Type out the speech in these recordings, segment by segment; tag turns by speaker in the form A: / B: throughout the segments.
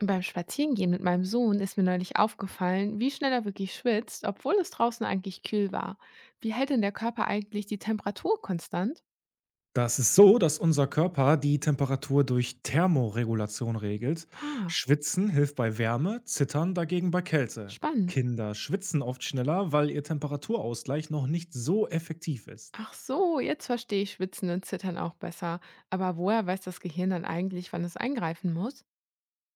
A: Beim Spazierengehen mit meinem Sohn ist mir neulich aufgefallen, wie schnell er wirklich schwitzt, obwohl es draußen eigentlich kühl war. Wie hält denn der Körper eigentlich die Temperatur konstant?
B: Das ist so, dass unser Körper die Temperatur durch Thermoregulation regelt.
A: Ah,
B: Schwitzen hilft bei Wärme, Zittern dagegen bei Kälte.
A: spannend.
B: Kinder schwitzen oft schneller, weil ihr Temperaturausgleich noch nicht so effektiv ist.
A: Ach so, jetzt verstehe ich Schwitzen und Zittern auch besser. Aber woher weiß das Gehirn dann eigentlich, wann es eingreifen muss?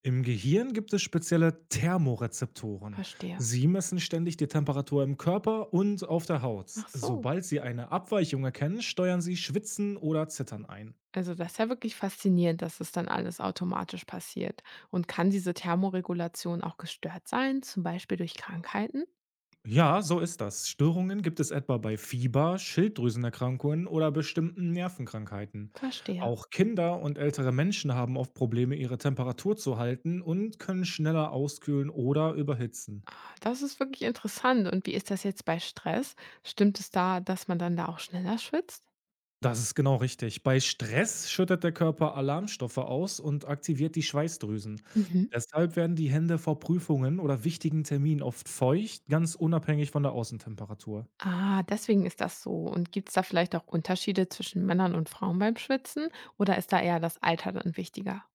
B: Im Gehirn gibt es spezielle Thermorezeptoren.
A: Verstehe.
B: Sie messen ständig die Temperatur im Körper und auf der Haut.
A: Ach so.
B: Sobald sie eine Abweichung erkennen, steuern sie Schwitzen oder Zittern ein.
A: Also das ist ja wirklich faszinierend, dass es dann alles automatisch passiert. Und kann diese Thermoregulation auch gestört sein, zum Beispiel durch Krankheiten?
B: Ja, so ist das. Störungen gibt es etwa bei Fieber, Schilddrüsenerkrankungen oder bestimmten Nervenkrankheiten.
A: Verstehe.
B: Auch Kinder und ältere Menschen haben oft Probleme, ihre Temperatur zu halten, und können schneller auskühlen oder überhitzen.
A: Ah, das ist wirklich interessant. Und wie ist das jetzt bei Stress? Stimmt es da, dass man dann da auch schneller schwitzt?
B: Das ist genau richtig. Bei Stress schüttet der Körper Alarmstoffe aus und aktiviert die Schweißdrüsen.
A: Mhm.
B: Deshalb werden die Hände vor Prüfungen oder wichtigen Terminen oft feucht, ganz unabhängig von der Außentemperatur.
A: Ah, deswegen ist das so. Und gibt es da vielleicht auch Unterschiede zwischen Männern und Frauen beim Schwitzen? Oder ist da eher das Alter dann wichtiger?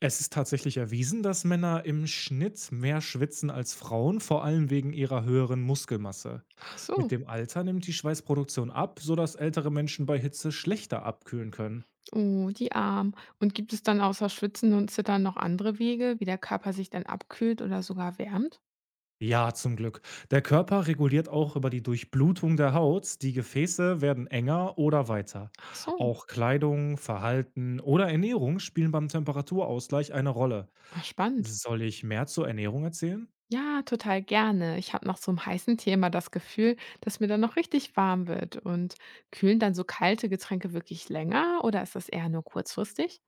B: Es ist tatsächlich erwiesen, dass Männer im Schnitt mehr schwitzen als Frauen, vor allem wegen ihrer höheren Muskelmasse.
A: Ach
B: Mit
A: so.
B: dem Alter nimmt die Schweißproduktion ab, sodass ältere Menschen bei Hitze schlechter abkühlen können.
A: Oh, die Arm. Und gibt es dann außer Schwitzen und Zittern noch andere Wege, wie der Körper sich dann abkühlt oder sogar wärmt?
B: Ja, zum Glück. Der Körper reguliert auch über die Durchblutung der Haut, die Gefäße werden enger oder weiter.
A: Ach so.
B: Auch Kleidung, Verhalten oder Ernährung spielen beim Temperaturausgleich eine Rolle.
A: Ach, spannend.
B: Soll ich mehr zur Ernährung erzählen?
A: Ja, total gerne. Ich habe nach so einem heißen Tee immer das Gefühl, dass mir dann noch richtig warm wird. Und kühlen dann so kalte Getränke wirklich länger oder ist das eher nur kurzfristig?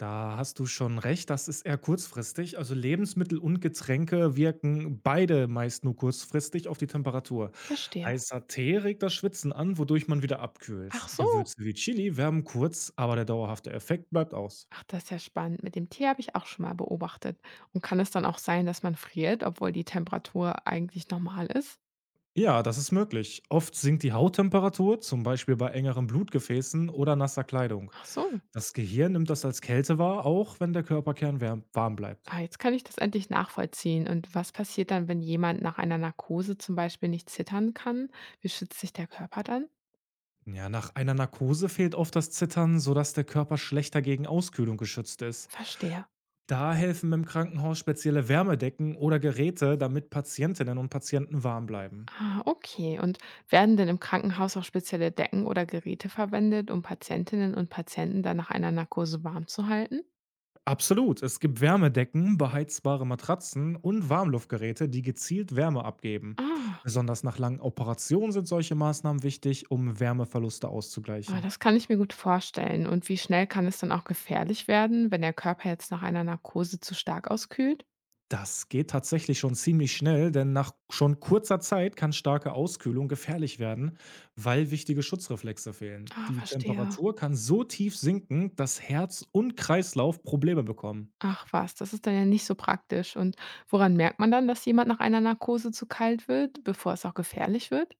B: Da hast du schon recht, das ist eher kurzfristig. Also Lebensmittel und Getränke wirken beide meist nur kurzfristig auf die Temperatur.
A: Verstehe.
B: Heißer Tee regt das Schwitzen an, wodurch man wieder
A: Ach
B: abkühlt. Gewürze
A: so.
B: wie Chili wärmen kurz, aber der dauerhafte Effekt bleibt aus.
A: Ach, das ist ja spannend. Mit dem Tee habe ich auch schon mal beobachtet. Und kann es dann auch sein, dass man friert, obwohl die Temperatur eigentlich normal ist?
B: Ja, das ist möglich. Oft sinkt die Hauttemperatur, zum Beispiel bei engeren Blutgefäßen oder nasser Kleidung.
A: Ach so.
B: Das Gehirn nimmt das als Kälte wahr, auch wenn der Körperkern warm bleibt.
A: Ah, jetzt kann ich das endlich nachvollziehen. Und was passiert dann, wenn jemand nach einer Narkose zum Beispiel nicht zittern kann? Wie schützt sich der Körper dann?
B: Ja, nach einer Narkose fehlt oft das Zittern, sodass der Körper schlechter gegen Auskühlung geschützt ist.
A: Verstehe.
B: Da helfen im Krankenhaus spezielle Wärmedecken oder Geräte, damit Patientinnen und Patienten warm bleiben.
A: Ah, okay. Und werden denn im Krankenhaus auch spezielle Decken oder Geräte verwendet, um Patientinnen und Patienten dann nach einer Narkose warm zu halten?
B: Absolut, es gibt Wärmedecken, beheizbare Matratzen und Warmluftgeräte, die gezielt Wärme abgeben.
A: Ah,
B: Besonders nach langen Operationen sind solche Maßnahmen wichtig, um Wärmeverluste
A: ah,
B: auszugleichen.
A: das kann ich mir gut vorstellen. Und wie schnell kann es dann auch gefährlich werden, wenn der Körper jetzt nach einer Narkose zu stark auskühlt?
B: Das geht tatsächlich schon ziemlich schnell, denn nach schon kurzer Zeit kann starke Auskühlung gefährlich werden, weil wichtige Schutzreflexe fehlen.
A: Ah,
B: Die
A: verstehe.
B: Temperatur kann so tief sinken, dass Herz und Kreislauf Probleme bekommen.
A: Ach was, das ist dann ja nicht so praktisch. Und woran merkt man dann, dass jemand nach einer Narkose zu kalt wird, bevor es auch gefährlich wird?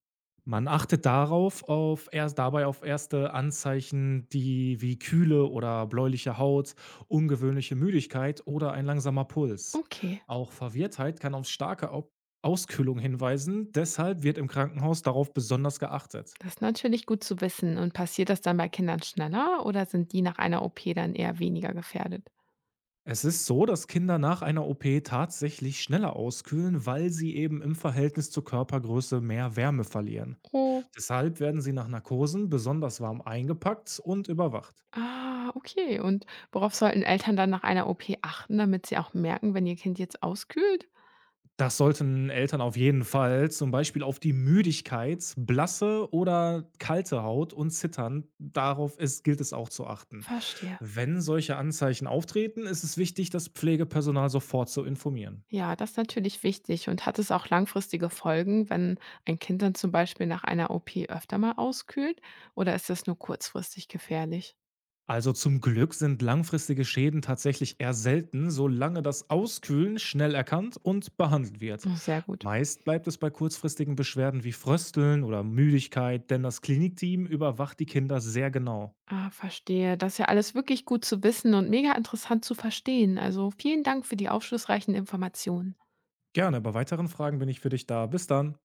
B: Man achtet darauf auf erst dabei auf erste Anzeichen, die wie kühle oder bläuliche Haut, ungewöhnliche Müdigkeit oder ein langsamer Puls.
A: Okay.
B: Auch Verwirrtheit kann auf starke Au Auskühlung hinweisen, deshalb wird im Krankenhaus darauf besonders geachtet.
A: Das ist natürlich gut zu wissen. Und passiert das dann bei Kindern schneller oder sind die nach einer OP dann eher weniger gefährdet?
B: Es ist so, dass Kinder nach einer OP tatsächlich schneller auskühlen, weil sie eben im Verhältnis zur Körpergröße mehr Wärme verlieren.
A: Oh,
B: Deshalb werden sie nach Narkosen besonders warm eingepackt und überwacht.
A: ah, okay. Und worauf sollten Eltern dann nach einer OP achten, damit sie auch merken, wenn ihr Kind jetzt auskühlt?
B: Das sollten Eltern auf jeden Fall, zum Beispiel auf die Müdigkeit, blasse oder kalte Haut und Zittern, darauf ist, gilt es auch zu achten.
A: Verstehe.
B: Wenn solche Anzeichen auftreten, ist es wichtig, das Pflegepersonal sofort zu informieren.
A: Ja, das ist natürlich wichtig, und hat es auch langfristige Folgen, wenn ein Kind dann zum Beispiel nach einer OP öfter mal auskühlt oder ist das nur kurzfristig gefährlich?
B: Also zum Glück sind langfristige Schäden tatsächlich eher selten, solange das Auskühlen schnell erkannt und behandelt wird.
A: Oh, sehr gut.
B: Meist bleibt es bei kurzfristigen Beschwerden wie Frösteln oder Müdigkeit, denn das Klinikteam überwacht die Kinder sehr genau.
A: Ah, verstehe. Das ist ja alles wirklich gut zu wissen und mega interessant zu verstehen. Also vielen Dank für die aufschlussreichen Informationen.
B: Gerne, bei weiteren Fragen bin ich für dich da. Bis dann.